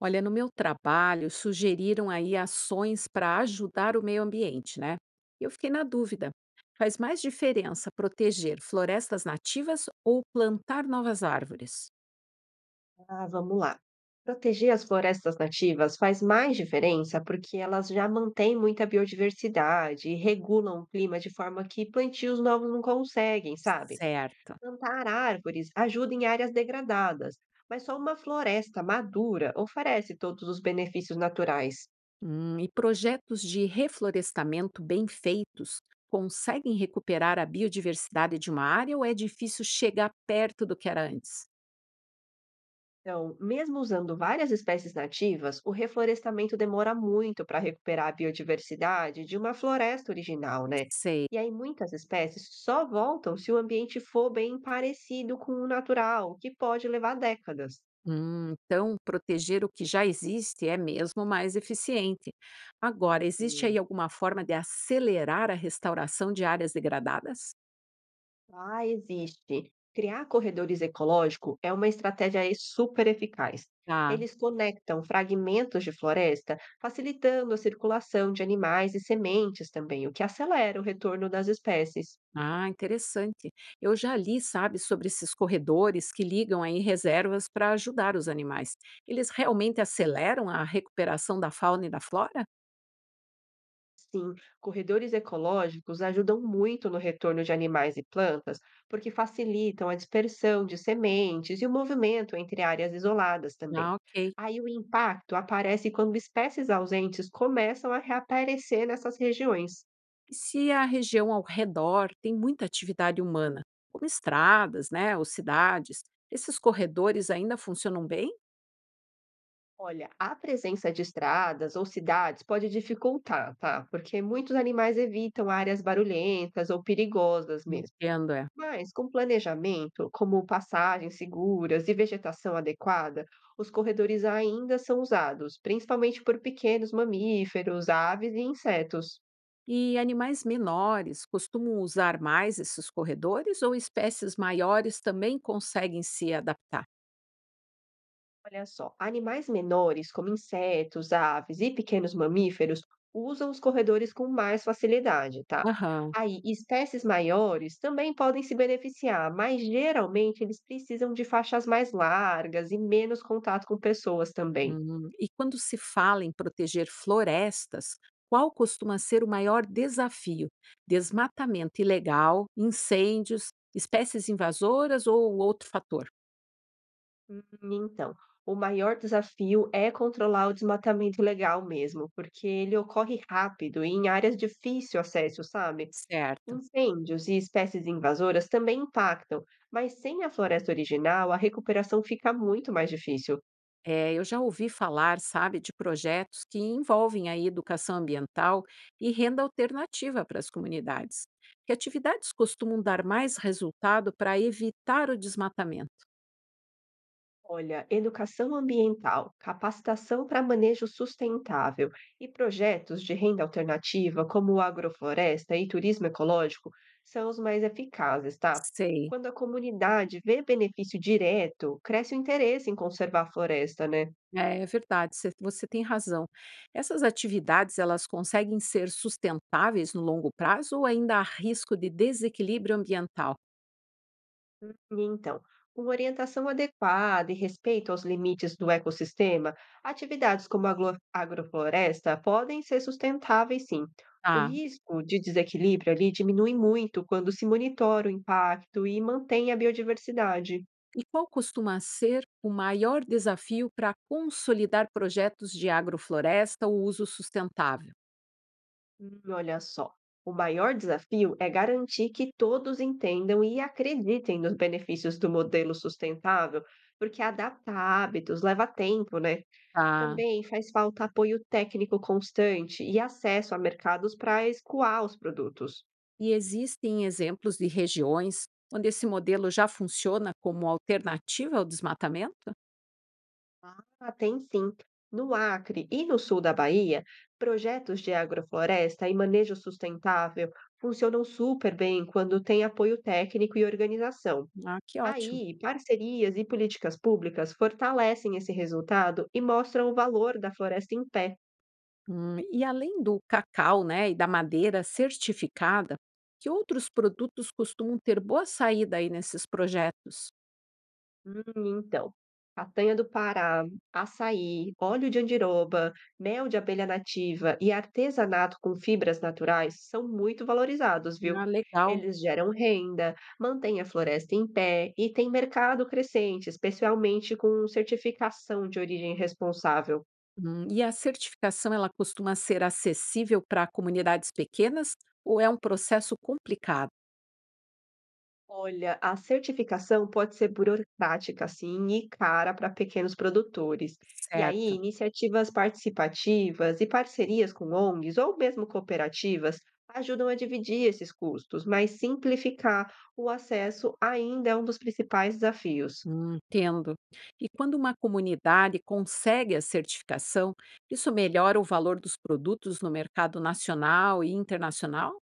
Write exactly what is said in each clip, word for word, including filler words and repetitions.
Olha, no meu trabalho, sugeriram aí ações para ajudar o meio ambiente, né? E Eu fiquei na dúvida. Faz mais diferença proteger florestas nativas ou plantar novas árvores? Ah, vamos lá. Proteger as florestas nativas faz mais diferença porque elas já mantêm muita biodiversidade e regulam o clima de forma que plantios novos não conseguem, sabe? Certo. Plantar árvores ajuda em áreas degradadas, mas só uma floresta madura oferece todos os benefícios naturais. Hum, e projetos de reflorestamento bem feitos conseguem recuperar a biodiversidade de uma área ou é difícil chegar perto do que era antes? Então, mesmo usando várias espécies nativas, o reflorestamento demora muito para recuperar a biodiversidade de uma floresta original, né? Sei. E aí muitas espécies só voltam se o ambiente for bem parecido com o natural, o que pode levar décadas. Hum, então, proteger o que já existe é mesmo mais eficiente. Agora, existe aí Sim. alguma forma de acelerar a restauração de áreas degradadas? Ah, existe. Criar corredores ecológicos é uma estratégia aí super eficaz. Tá. Eles conectam fragmentos de floresta, facilitando a circulação de animais e sementes também, o que acelera o retorno das espécies. Ah, interessante. Eu já li, sabe, sobre esses corredores que ligam aí reservas para ajudar os animais. Eles realmente aceleram a recuperação da fauna e da flora? Sim, corredores ecológicos ajudam muito no retorno de animais e plantas, porque facilitam a dispersão de sementes e o movimento entre áreas isoladas também. Ah, ok. Aí o impacto aparece quando espécies ausentes começam a reaparecer nessas regiões. E se a região ao redor tem muita atividade humana, como estradas, né, ou cidades, esses corredores ainda funcionam bem? Olha, a presença de estradas ou cidades pode dificultar, tá? Porque muitos animais evitam áreas barulhentas ou perigosas mesmo. Entendo, é. Mas, com planejamento, como passagens seguras e vegetação adequada, os corredores ainda são usados, principalmente por pequenos mamíferos, aves e insetos. E animais menores costumam usar mais esses corredores ou espécies maiores também conseguem se adaptar? Olha só, animais menores, como insetos, aves e pequenos mamíferos, usam os corredores com mais facilidade, tá? Aham. Aí, espécies maiores também podem se beneficiar, mas geralmente eles precisam de faixas mais largas e menos contato com pessoas também. Hum, e quando se fala em proteger florestas, qual costuma ser o maior desafio? Desmatamento ilegal, incêndios, espécies invasoras ou outro fator? Hum, então, o maior desafio é controlar o desmatamento legal mesmo, porque ele ocorre rápido e em áreas de difícil acesso, sabe? Certo. Incêndios e espécies invasoras também impactam, mas sem a floresta original, a recuperação fica muito mais difícil. É, eu já ouvi falar, sabe, de projetos que envolvem a educação ambiental e renda alternativa para as comunidades. Que atividades costumam dar mais resultado para evitar o desmatamento? Olha, educação ambiental, capacitação para manejo sustentável e projetos de renda alternativa, como agrofloresta e turismo ecológico, são os mais eficazes, tá? Sei, Quando a comunidade vê benefício direto, cresce o interesse em conservar a floresta, né? é, é verdade, cê- você tem razão. Essas atividades, elas conseguem ser sustentáveis no longo prazo ou ainda há risco de desequilíbrio ambiental? E Então, com orientação adequada e respeito aos limites do ecossistema, atividades como a aglo- agrofloresta podem ser sustentáveis, sim. O Ah, risco de desequilíbrio ali diminui muito quando se monitora o impacto e mantém a biodiversidade. e qual costuma ser o maior desafio para consolidar projetos de agrofloresta ou uso sustentável? Hum, olha só, o maior desafio é garantir que todos entendam e acreditem nos benefícios do modelo sustentável, porque adaptar hábitos leva tempo, né? Tá. Também faz falta apoio técnico constante e acesso a mercados para escoar os produtos. E existem exemplos de regiões onde esse modelo já funciona como alternativa ao desmatamento? Ah, tem sim. No Acre e no sul da Bahia, projetos de agrofloresta e manejo sustentável funcionam super bem quando tem apoio técnico e organização. Ah, que ótimo. Aí, parcerias e políticas públicas fortalecem esse resultado e mostram o valor da floresta em pé. Hum, e além do cacau né, e da madeira certificada, que outros produtos costumam ter boa saída aí nesses projetos? Hum, então, castanha do Pará, açaí, óleo de andiroba, mel de abelha nativa e artesanato com fibras naturais são muito valorizados, viu? Ah, legal. Eles geram renda, mantêm a floresta em pé e têm mercado crescente, especialmente com certificação de origem responsável. Hum, e a certificação ela costuma ser acessível para comunidades pequenas ou é um processo complicado? Olha, a certificação pode ser burocrática, assim, e cara para pequenos produtores. E aí, Certo. iniciativas participativas e parcerias com O N Gs ou mesmo cooperativas ajudam a dividir esses custos, mas simplificar o acesso ainda é um dos principais desafios. Hum, entendo. E quando uma comunidade consegue a certificação, isso melhora o valor dos produtos no mercado nacional e internacional?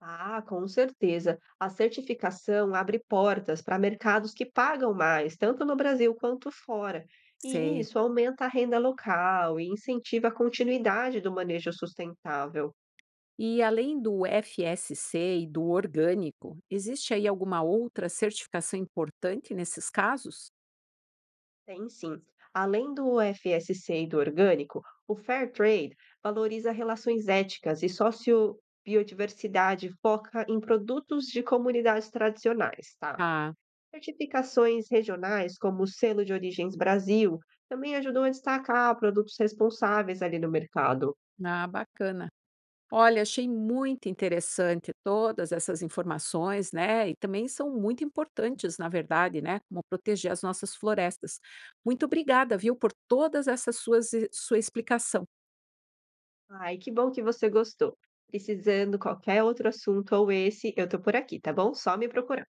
Ah, com certeza. A certificação abre portas para mercados que pagam mais, tanto no Brasil quanto fora. E Sei. isso aumenta a renda local e incentiva a continuidade do manejo sustentável. E além do F S C e do orgânico, existe aí alguma outra certificação importante nesses casos? Tem sim. Além do F S C e do orgânico, o Fair Trade valoriza relações éticas e sociobiodiversidade foca em produtos de comunidades tradicionais, tá? Ah, Certificações regionais, como o Selo de Origens Brasil, também ajudam a destacar produtos responsáveis ali no mercado. ah, bacana. Olha, achei muito interessante todas essas informações, né? E também são muito importantes, na verdade, né? Como proteger as nossas florestas. Muito obrigada, viu, por todas essas suas sua explicação. Ai, que bom que você gostou. Precisando qualquer outro assunto ou esse, eu tô por aqui, tá bom? Só me procurar.